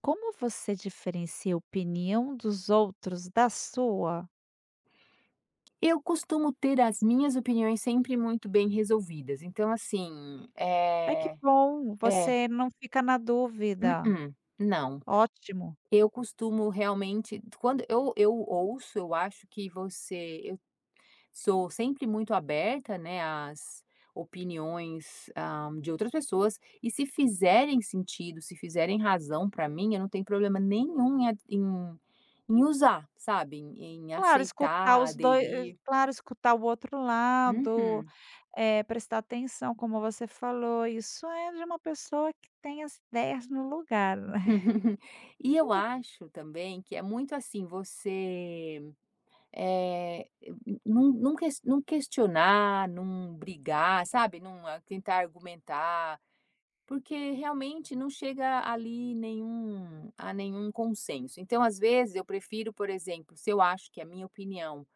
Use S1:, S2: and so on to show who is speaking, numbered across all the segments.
S1: Como você diferencia a opinião dos outros da sua?
S2: Eu costumo ter as minhas opiniões sempre muito bem resolvidas, então assim,
S1: Ai, que
S2: é.
S1: bom,
S2: É.
S1: você não fica na dúvida.
S2: Mm-mm, não.
S1: Ótimo.
S2: Eu costumo realmente quando eu ouço, eu acho que você eu sou sempre muito aberta, né, às opiniões, de outras pessoas, e se fizerem sentido, se fizerem razão para mim, eu não tenho problema nenhum em a em em usar, sabe, em
S1: Claro, escutar
S2: aceitar,
S1: os dois. eh,
S2: aderir.
S1: claro, escutar o outro lado,
S2: Uhum.
S1: prestar atenção, como você falou, isso é de uma pessoa que tem as ideias no lugar, né.
S2: E eu acho também que é muito assim, você, eh, não questionar, não brigar, sabe, não a tentar argumentar, porque realmente não chega ali nenhum consenso. Então, às vezes, eu prefiro, por exemplo, se eu acho que é a minha opinião,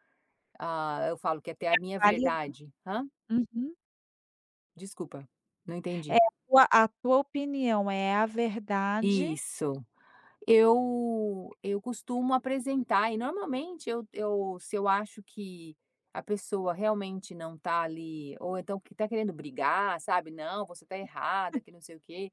S2: eu falo que é até a minha
S1: Válida.
S2: verdade, hã?
S1: Uhum.
S2: Desculpa, não entendi.
S1: Tua a tua opinião é a verdade.
S2: Isso. Eu costumo apresentar e normalmente eu se eu acho que a pessoa realmente não tá ali, ou então que tá querendo brigar, sabe, "Não, você tá errada", que não sei o quê.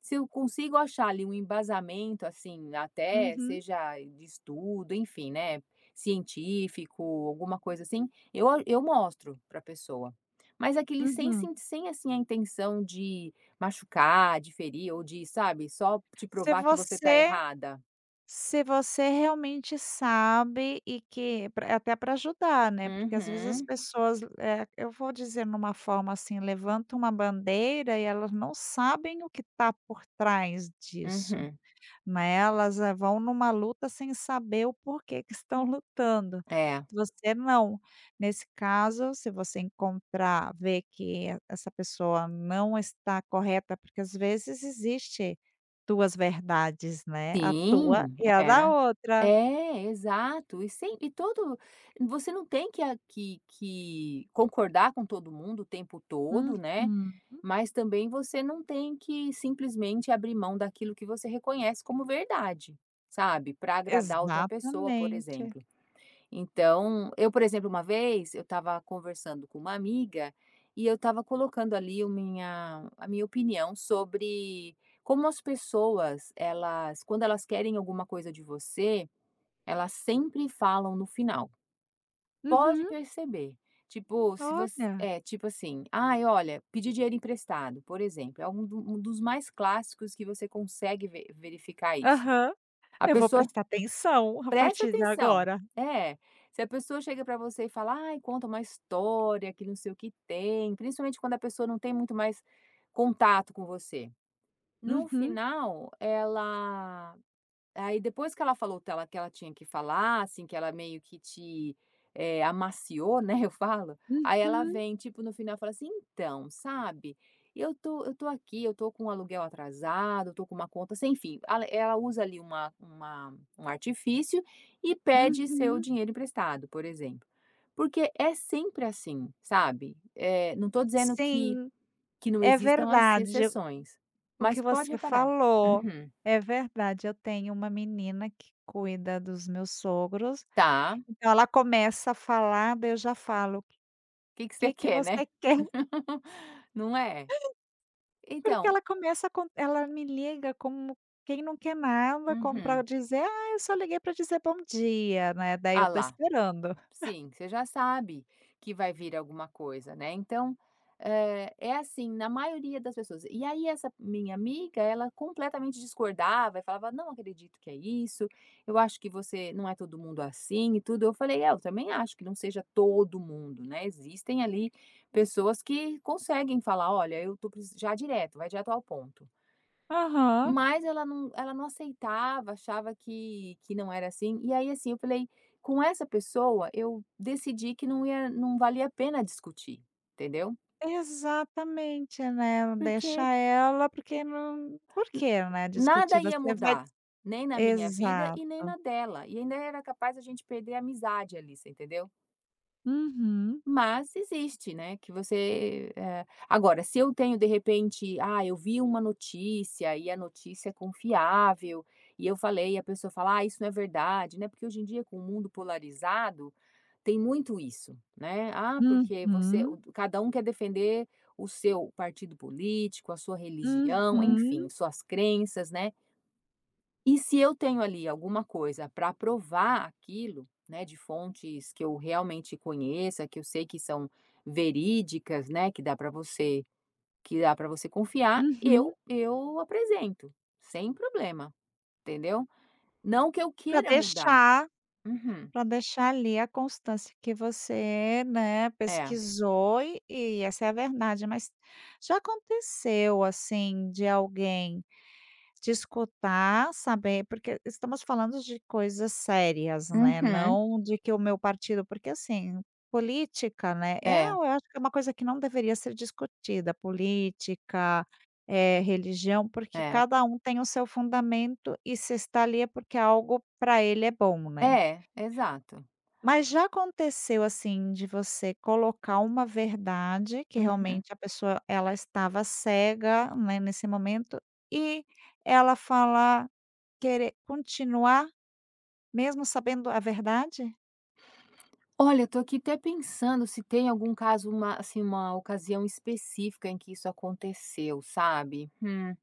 S2: Se eu consigo achar ali um embasamento, assim, até
S1: Uhum,
S2: seja de estudo, enfim, né, científico, alguma coisa assim, eu mostro pra pessoa. Mas aquele sem
S1: uhum.
S2: sem sem, assim, a intenção de machucar, de ferir ou de, sabe, só te
S1: Se
S2: provar que você tá
S1: você
S2: errada.
S1: Se você realmente sabe e que pra é até para ajudar, né, porque às vezes as
S2: Uhum,
S1: pessoas, eu vou dizer numa forma assim, levanta uma bandeira e elas não sabem o que está por trás disso.
S2: uhum.
S1: Né, elas, vão numa luta sem saber o porquê que estão lutando.
S2: É,
S1: Você não. Nesse caso, se você encontrar, ver que essa pessoa não está correta, porque às vezes existe 2 verdades, né, a tua
S2: sim,
S1: e a da
S2: é.
S1: outra.
S2: É, exato. E sem e todo Você não tem que a que que concordar com todo mundo o tempo todo, né,
S1: Uhum.
S2: mas também você não tem que simplesmente abrir mão daquilo que você reconhece como verdade, sabe, para agradar outra pessoa, por
S1: Exatamente.
S2: exemplo. Então, eu, por exemplo, uma vez eu estava conversando com uma amiga e eu estava colocando ali a minha opinião sobre como as pessoas, elas, quando elas querem alguma coisa de você, elas sempre falam no final. Pode
S1: Uhum.
S2: perceber. Tipo, se você,
S1: Olha.
S2: é, tipo assim, ai, olha, pedir dinheiro emprestado, por exemplo, é um, um dos mais clássicos que você consegue verificar isso.
S1: Aham.
S2: A
S1: Eu vou
S2: pessoa
S1: prestar atenção a
S2: Presta
S1: partir de
S2: atenção.
S1: agora.
S2: É, se a pessoa chega pra você e fala: "Ai, conta uma história que não sei o que tem", principalmente quando a pessoa não tem muito mais contato com você. No
S1: Uhum,
S2: final, ela Aí depois que ela falou tela que ela tinha que falar, assim, que ela meio que te, amaciou, né, eu falo, aí ela
S1: uhum,
S2: vem, tipo, no final fala assim: "Então, sabe, eu tô aqui, eu tô com um aluguel atrasado, eu tô com uma conta sem fim". Ela usa ali uma um artifício e pede seu
S1: uhum.
S2: dinheiro emprestado, por exemplo. Porque é sempre assim, sabe. Não tô dizendo que
S1: Sim.
S2: não
S1: É
S2: existam as
S1: verdade,
S2: exceções,
S1: o
S2: mas
S1: que
S2: pode
S1: você
S2: reparar.
S1: falou.
S2: Uhum.
S1: É verdade, eu tenho uma menina que cuida dos meus sogros,
S2: Tá.
S1: então ela começa a falar, daí eu já falo: "O
S2: O que que você
S1: "Que que
S2: quer, né?
S1: você quer?"
S2: Não é?
S1: Porque
S2: Então.
S1: ela começa com ela me liga como quem não quer nada, como para
S2: Uhum.
S1: dizer: "Ah, eu só liguei para dizer bom dia", né, daí eu
S2: Ah
S1: tô
S2: lá,
S1: esperando.
S2: sim, você já sabe que vai vir alguma coisa, né, então, é assim na maioria das pessoas. E aí essa minha amiga, ela completamente discordava e falava: "Não acredito que é isso, eu acho que você não é todo mundo assim e tudo". Eu falei: "É, eu também acho que não seja todo mundo, né, existem ali pessoas que conseguem falar: 'Olha, eu estou preci' já direto, vai direto ao ponto".
S1: Aham.
S2: Mas ela não aceitava, achava que não era assim. E aí, assim, eu falei: "Com essa pessoa, eu decidi que não valia a pena discutir", entendeu?
S1: Exatamente, né, deixa
S2: Porque
S1: ela, porque não por
S2: n
S1: quê, né,
S2: nada
S1: discutir?
S2: ia
S1: Você vai.
S2: mudar, nem na minha vida
S1: Exato.
S2: e nem na dela, e ainda era capaz a gente perder a amizade ali, você entendeu?
S1: Uhum.
S2: Mas existe, né, que você, agora, se eu tenho de repente, eu vi uma notícia e a notícia é confiável, e eu falei e a pessoa fala: "Ah, isso não é verdade", né, porque hoje em dia com o mundo polarizado, tem muito isso, né. Ah, porque você o
S1: Uhum,
S2: cada um quer defender o seu partido político, a sua religião, enfim,
S1: uhum,
S2: suas crenças, né. E se eu tenho ali alguma coisa para provar aquilo, né, de fontes que eu realmente conheça, que eu sei que são verídicas, né, que dá para você, que dá para você confiar,
S1: uhum.
S2: eu apresento, sem problema, entendeu? Não que eu
S1: para
S2: queira mudar.
S1: deixar
S2: Uhum.
S1: para deixar ali a constância que você, né,
S2: É.
S1: pesquisou e essa é a verdade. Mas já aconteceu, assim, de alguém te escutar, saber porque estamos falando de coisas sérias, né,
S2: Uhum.
S1: não de que o meu partido porque assim, política, né, é
S2: É,
S1: eu acho que é uma coisa que não deveria ser discutida, política, religião, porque
S2: é.
S1: cada um tem o seu fundamento e se está ali é porque algo para ele é bom, né.
S2: É, exato.
S1: Mas já aconteceu, assim, de você colocar uma verdade que
S2: Uhum.
S1: realmente a pessoa ela estava cega, né, nesse momento, e ela falar, querer continuar mesmo sabendo a verdade?
S2: Olha, eu tô aqui até pensando se tem algum caso, uma, assim, uma ocasião específica em que isso aconteceu, sabe? Hum.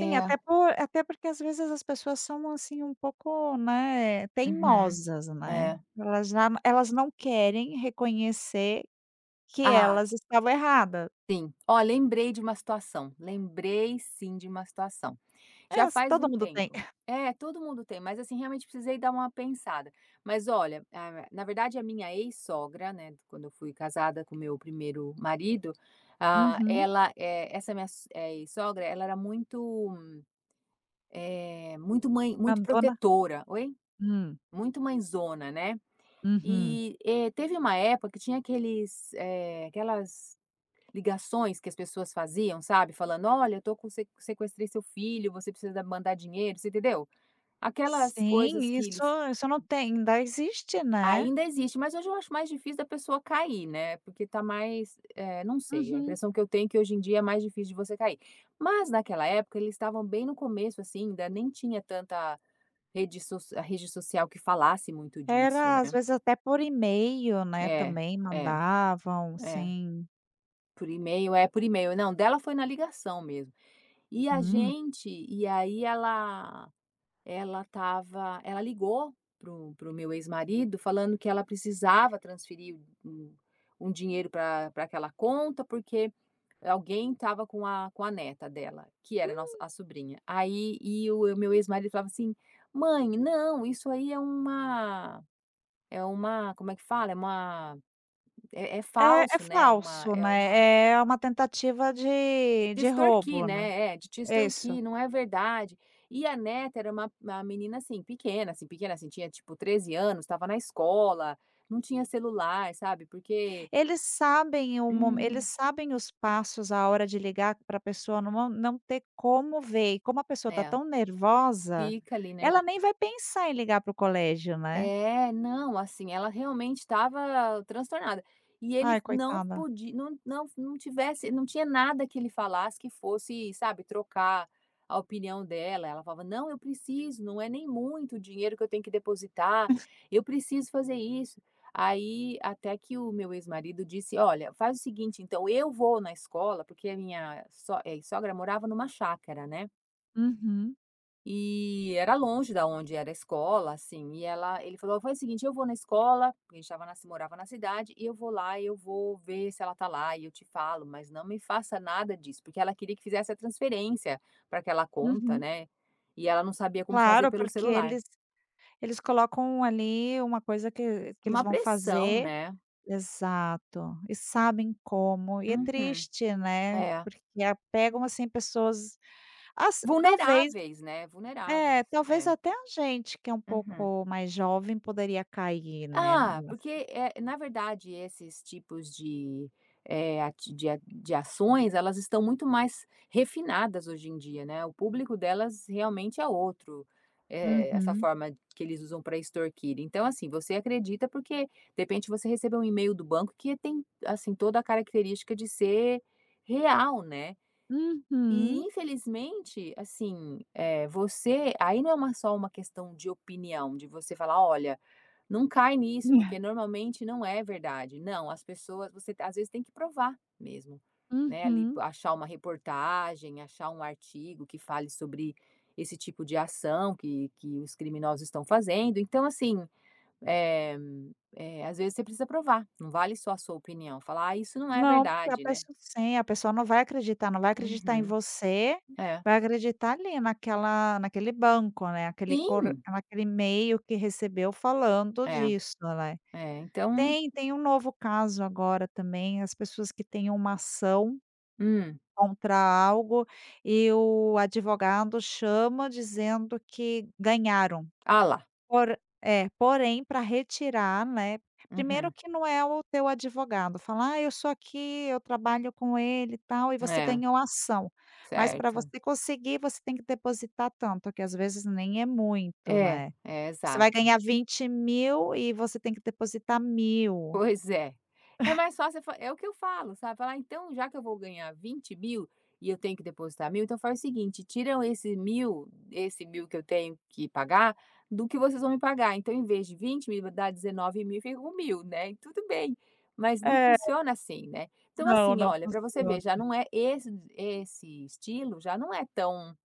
S1: Sim, até por até porque às vezes as pessoas são, assim, um pouco, né,
S2: Uhum.
S1: teimosas, né.
S2: É.
S1: Elas não querem reconhecer que
S2: Ah,
S1: elas estavam erradas.
S2: sim. Ó, lembrei de uma situação. Lembrei, sim, de uma situação.
S1: É,
S2: Já
S1: s
S2: faz
S1: todo
S2: um
S1: mundo tem.
S2: tempo. É, todo mundo tem, mas assim, realmente precisei dar uma pensada. Mas olha, na verdade, a minha ex-sogra, né, quando eu fui casada com meu primeiro marido,
S1: Uhum.
S2: ela, essa minha ex-sogra, ela era muito, muito mãe, muito
S1: Abandona.
S2: protetora, oi?
S1: Hum,
S2: Muito mãezona, né?
S1: uhum.
S2: E teve uma época que tinha aquelas ligações que as pessoas faziam, sabe, falando: "Olha, eu tô com, se sequestrei seu filho, você precisa, mandar dinheiro", você entendeu? Aquelas
S1: Sim,
S2: coisas que
S1: isso
S2: eles.
S1: isso não tem ainda existe, né.
S2: Ainda existe, mas hoje eu acho mais difícil da pessoa cair, né, porque tá mais, não sei, a
S1: Uhum.
S2: impressão que eu tenho é que hoje em dia é mais difícil de você cair. Mas naquela época eles estavam bem no começo, assim, ainda nem tinha tanta rede social que falasse muito disso,
S1: Era às
S2: né.
S1: vezes até por e-mail, né,
S2: É,
S1: também
S2: é,
S1: mandavam,
S2: é.
S1: sim.
S2: Por e-mail, é, por e-mail. Não, dela foi na ligação mesmo. E a
S1: Hum.
S2: gente e aí ela ligou pro meu ex-marido falando que ela precisava transferir um um dinheiro para aquela conta, porque alguém estava com a neta dela, que era a sobrinha. Aí e o meu ex-marido falava assim: "Mãe, não, isso aí é uma como é que fala? É uma é É
S1: É
S2: falso, né,
S1: falso,
S2: é uma
S1: né, é uma tentativa de
S2: de
S1: de
S2: extorquir,
S1: roubo, né.
S2: né, de te
S1: Isso.
S2: extorquir, não é verdade". E a neta era uma menina, assim, pequena, assim, pequena, assim, tinha tipo 13 anos, estava na escola, não tinha celular, sabe, porque.
S1: Eles sabem o mo
S2: Hum,
S1: eles sabem os passos, a hora de ligar pra pessoa não ter como ver, e como a pessoa tá
S2: é,
S1: tão nervosa,
S2: fica ali, né.
S1: ela nem vai pensar em ligar para o colégio, né.
S2: É, não, assim, ela realmente estava transtornada. E ele
S1: Ai,
S2: não
S1: coitada.
S2: podia, não, não, não tinha nada que ele falasse que fosse, sabe, trocar a opinião dela. Ela falava: não, eu preciso, não é nem muito o dinheiro que eu tenho que depositar, eu preciso fazer isso. Aí, até que o meu ex-marido disse: olha, faz o seguinte, então eu vou na escola, porque a minha sogra morava numa chácara, né?
S1: Uhum,
S2: E era longe da onde era a escola, assim, e ela ele falou: foi o seguinte, eu vou na escola, porque a gente estava na morava na cidade, "e eu vou lá e eu vou ver se ela tá lá e eu te falo, mas não me faça nada disso", porque ela queria que fizesse a transferência para aquela conta,
S1: uhum.
S2: né, e ela não sabia como fazer
S1: Claro,
S2: pelo
S1: porque
S2: celular.
S1: eles colocam ali uma coisa que eles
S2: Uma
S1: vão
S2: pressão,
S1: fazer.
S2: né.
S1: Exato. E sabem como. E é
S2: Uhum.
S1: triste, né,
S2: É.
S1: porque a pegam, assim, pessoas ass talvez,
S2: Vulneráveis, né,
S1: é,
S2: vulneráveis.
S1: talvez
S2: É.
S1: até a gente que é um
S2: Uhum.
S1: pouco mais jovem poderia cair, né,
S2: Ah,
S1: ness
S2: porque, na verdade, esses tipos de, eh, ati de a de ações, elas estão muito mais refinadas hoje em dia, né, o público delas realmente é outro, essa
S1: Uhum.
S2: forma que eles usam para extorquir. Então, assim, você acredita porque, de repente, você recebe um e-mail do banco que tem, assim, toda a característica de ser real, né. E,
S1: Uhum.
S2: infelizmente, assim, você aí não é uma só uma questão de opinião, de você falar: "Olha, não cai nisso, porque normalmente não é verdade. Não, as pessoas, você às vezes tem que provar mesmo, né? Ali
S1: Uhum.
S2: achar uma reportagem, achar um artigo que fale sobre esse tipo de ação que os criminosos estão fazendo. Então, assim, é, é, às vezes você precisa provar. Não vale só a sua opinião. Falar, ah, isso não é
S1: Não, porque a
S2: verdade, né?"
S1: pessoa sim, a pessoa não vai acreditar em
S2: Uhum,
S1: você,
S2: é.
S1: vai acreditar ali naquela naquele banco, né, aquele cor
S2: Sim,
S1: naquele e-mail que recebeu falando
S2: é,
S1: disso, né.
S2: é. Então.
S1: Tem um novo caso agora também, as pessoas que têm uma ação
S2: Hum.
S1: contra algo e o advogado chama dizendo que ganharam.
S2: Ah lá.
S1: Por É, porém para retirar, né, primeiro
S2: Uhum,
S1: que não é o teu advogado, falar "Ah, eu sou aqui, eu trabalho com ele e tal, e você
S2: é,
S1: ganhou a ação". Mas para
S2: certo.
S1: você conseguir, você tem que depositar tanto, que às vezes nem é muito,
S2: É,
S1: né.
S2: é,
S1: Você vai
S2: exato.
S1: ganhar 20.000 e você tem que depositar 1.000.
S2: Pois é. É mais fácil fa é o que eu falo, sabe, falar: "Então, já que eu vou ganhar 20.000 e eu tenho que depositar 1.000, então faz o seguinte, tiram esse mil, que eu tenho que pagar, do que vocês vão me pagar. Então, em vez de 20.000 dá 19.000 e fica com 1.000, né, e tudo bem". Mas não
S1: É.
S2: funciona assim, né. Então,
S1: Não,
S2: assim,
S1: não
S2: olha, para você ver,
S1: funciona.
S2: já não é esse estilo,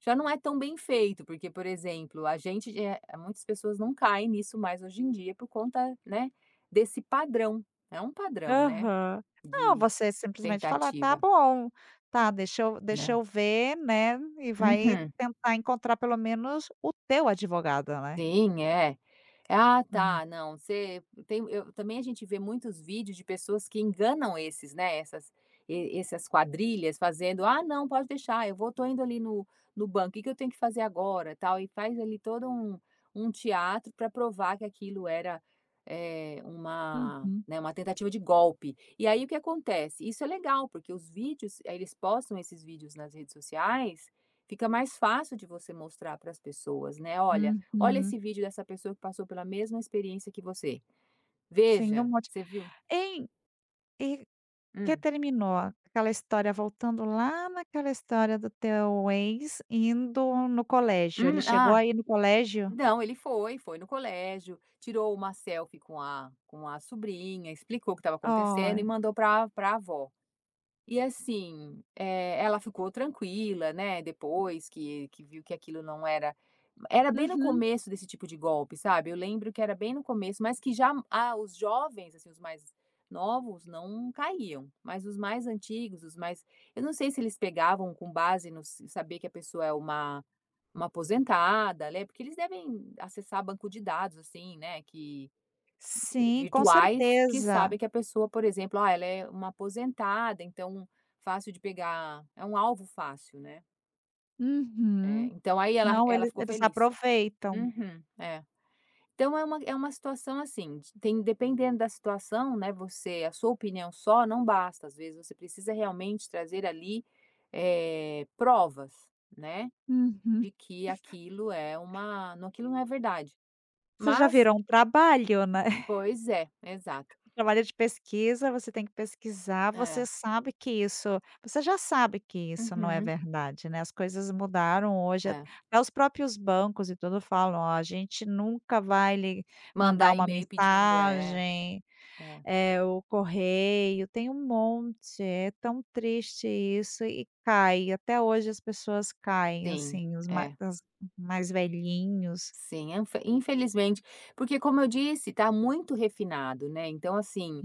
S2: já não é tão bem feito, porque, por exemplo, a gente de eh, muitas pessoas não caem nisso mais hoje em dia por conta, né, desse padrão. É um padrão, né,
S1: Aham. Não,
S2: de
S1: você simplesmente fala: "Tá
S2: tentativa,
S1: bom, tá, deixa eu deixa
S2: né.
S1: eu ver, né", e vai
S2: Uhum.
S1: tentar encontrar pelo menos o teu advogado, né.
S2: Sim, é. Ah,
S1: Hum.
S2: tá, não, você tem eu também a gente vê muitos vídeos de pessoas que enganam esses, né, essas e essas quadrilhas fazendo: "Ah, não, pode deixar, eu vou tô indo ali no no banco, o que que eu tenho que fazer agora?", tal, e faz ali todo um teatro para provar que aquilo era, é uma,
S1: Uhum,
S2: né, uma tentativa de golpe. E aí o que acontece? Isso é legal, porque os vídeos aí eles postam esses vídeos nas redes sociais, fica mais fácil de você mostrar para as pessoas, né: "Olha,
S1: uhum.
S2: esse vídeo dessa pessoa que passou pela mesma experiência que você.
S1: Sim, um
S2: Veja,
S1: monte.
S2: você viu?"
S1: Hein, e que
S2: Hum,
S1: terminou aquela história, voltando lá naquela história do teu ex indo no colégio, ele
S2: hum,
S1: chegou
S2: ah,
S1: aí no colégio?
S2: não, ele foi, foi no colégio, tirou uma selfie com a sobrinha, explicou o que estava acontecendo e
S1: Ai.
S2: mandou para a avó. E assim, ela ficou tranquila, né, depois que viu que aquilo era bem no
S1: Uhum.
S2: começo desse tipo de golpe, sabe, eu lembro que era bem no começo, mas que já ah, os jovens, assim, os mais novos não caíam, mas os mais antigos, os mais eu não sei se eles pegavam com base no s saber que a pessoa é uma aposentada, né, porque eles devem acessar banco de dados, assim, né, que
S1: Sim, com
S2: virtuais que
S1: certeza.
S2: sabem que a pessoa, por exemplo, ah, ela é uma aposentada, então fácil de pegar, é um alvo fácil, né. É,
S1: Uhum.
S2: então aí
S1: Não,
S2: ela
S1: eles
S2: ficou
S1: eles
S2: feliz.
S1: aproveitam.
S2: Uhum, é. Então é uma situação assim, de tem dependendo da situação, né, você a sua opinião só não basta, às vezes você precisa realmente trazer ali, provas, né,
S1: Uhum.
S2: de que aquilo não é verdade.
S1: Isso já
S2: Mas
S1: virou um trabalho, né.
S2: pois é, exato.
S1: Trabalho de pesquisa, você tem que pesquisar,
S2: É.
S1: você sabe que isso você já sabe que isso não é
S2: Uhum.
S1: verdade, né, as coisas mudaram hoje,
S2: É.
S1: até os próprios bancos e tudo falam: "Ó, a gente nunca vai lhe mandar
S2: Mandar
S1: uma
S2: e-mail pedindo, é,
S1: mensagem",
S2: é,
S1: é o correio, tem um monte, é tão triste isso e cai, até hoje as pessoas caem,
S2: sim,
S1: assim, os ma
S2: é,
S1: as mais velhinhos.
S2: sim, infelizmente, porque como eu disse, tá muito refinado, né, então assim,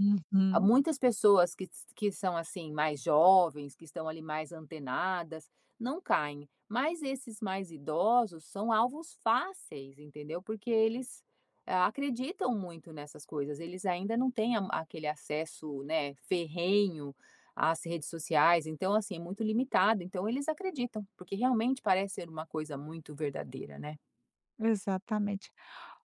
S2: há muitas pessoas que são assim mais jovens, que estão ali mais antenadas, não caem. Mas esses mais idosos são alvos fáceis, entendeu? Porque eles ah, acreditam muito nessas coisas. Eles ainda não têm aquele acesso, né, ferrenho às redes sociais. Então, assim, é muito limitado. Então, eles acreditam, porque realmente parece ser uma coisa muito verdadeira, né?
S1: exatamente.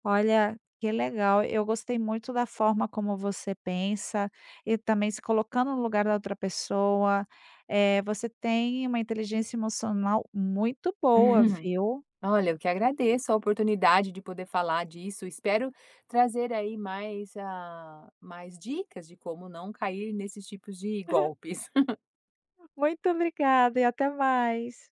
S1: Olha, que legal. Eu gostei muito da forma como você pensa e também se colocando no lugar da outra pessoa. Você tem uma inteligência emocional muito boa, viu?
S2: Olha, eu que agradeço a oportunidade de poder falar disso. Espero trazer aí mais, mais dicas de como não cair nesses tipos de golpes.
S1: Muito obrigada e até mais.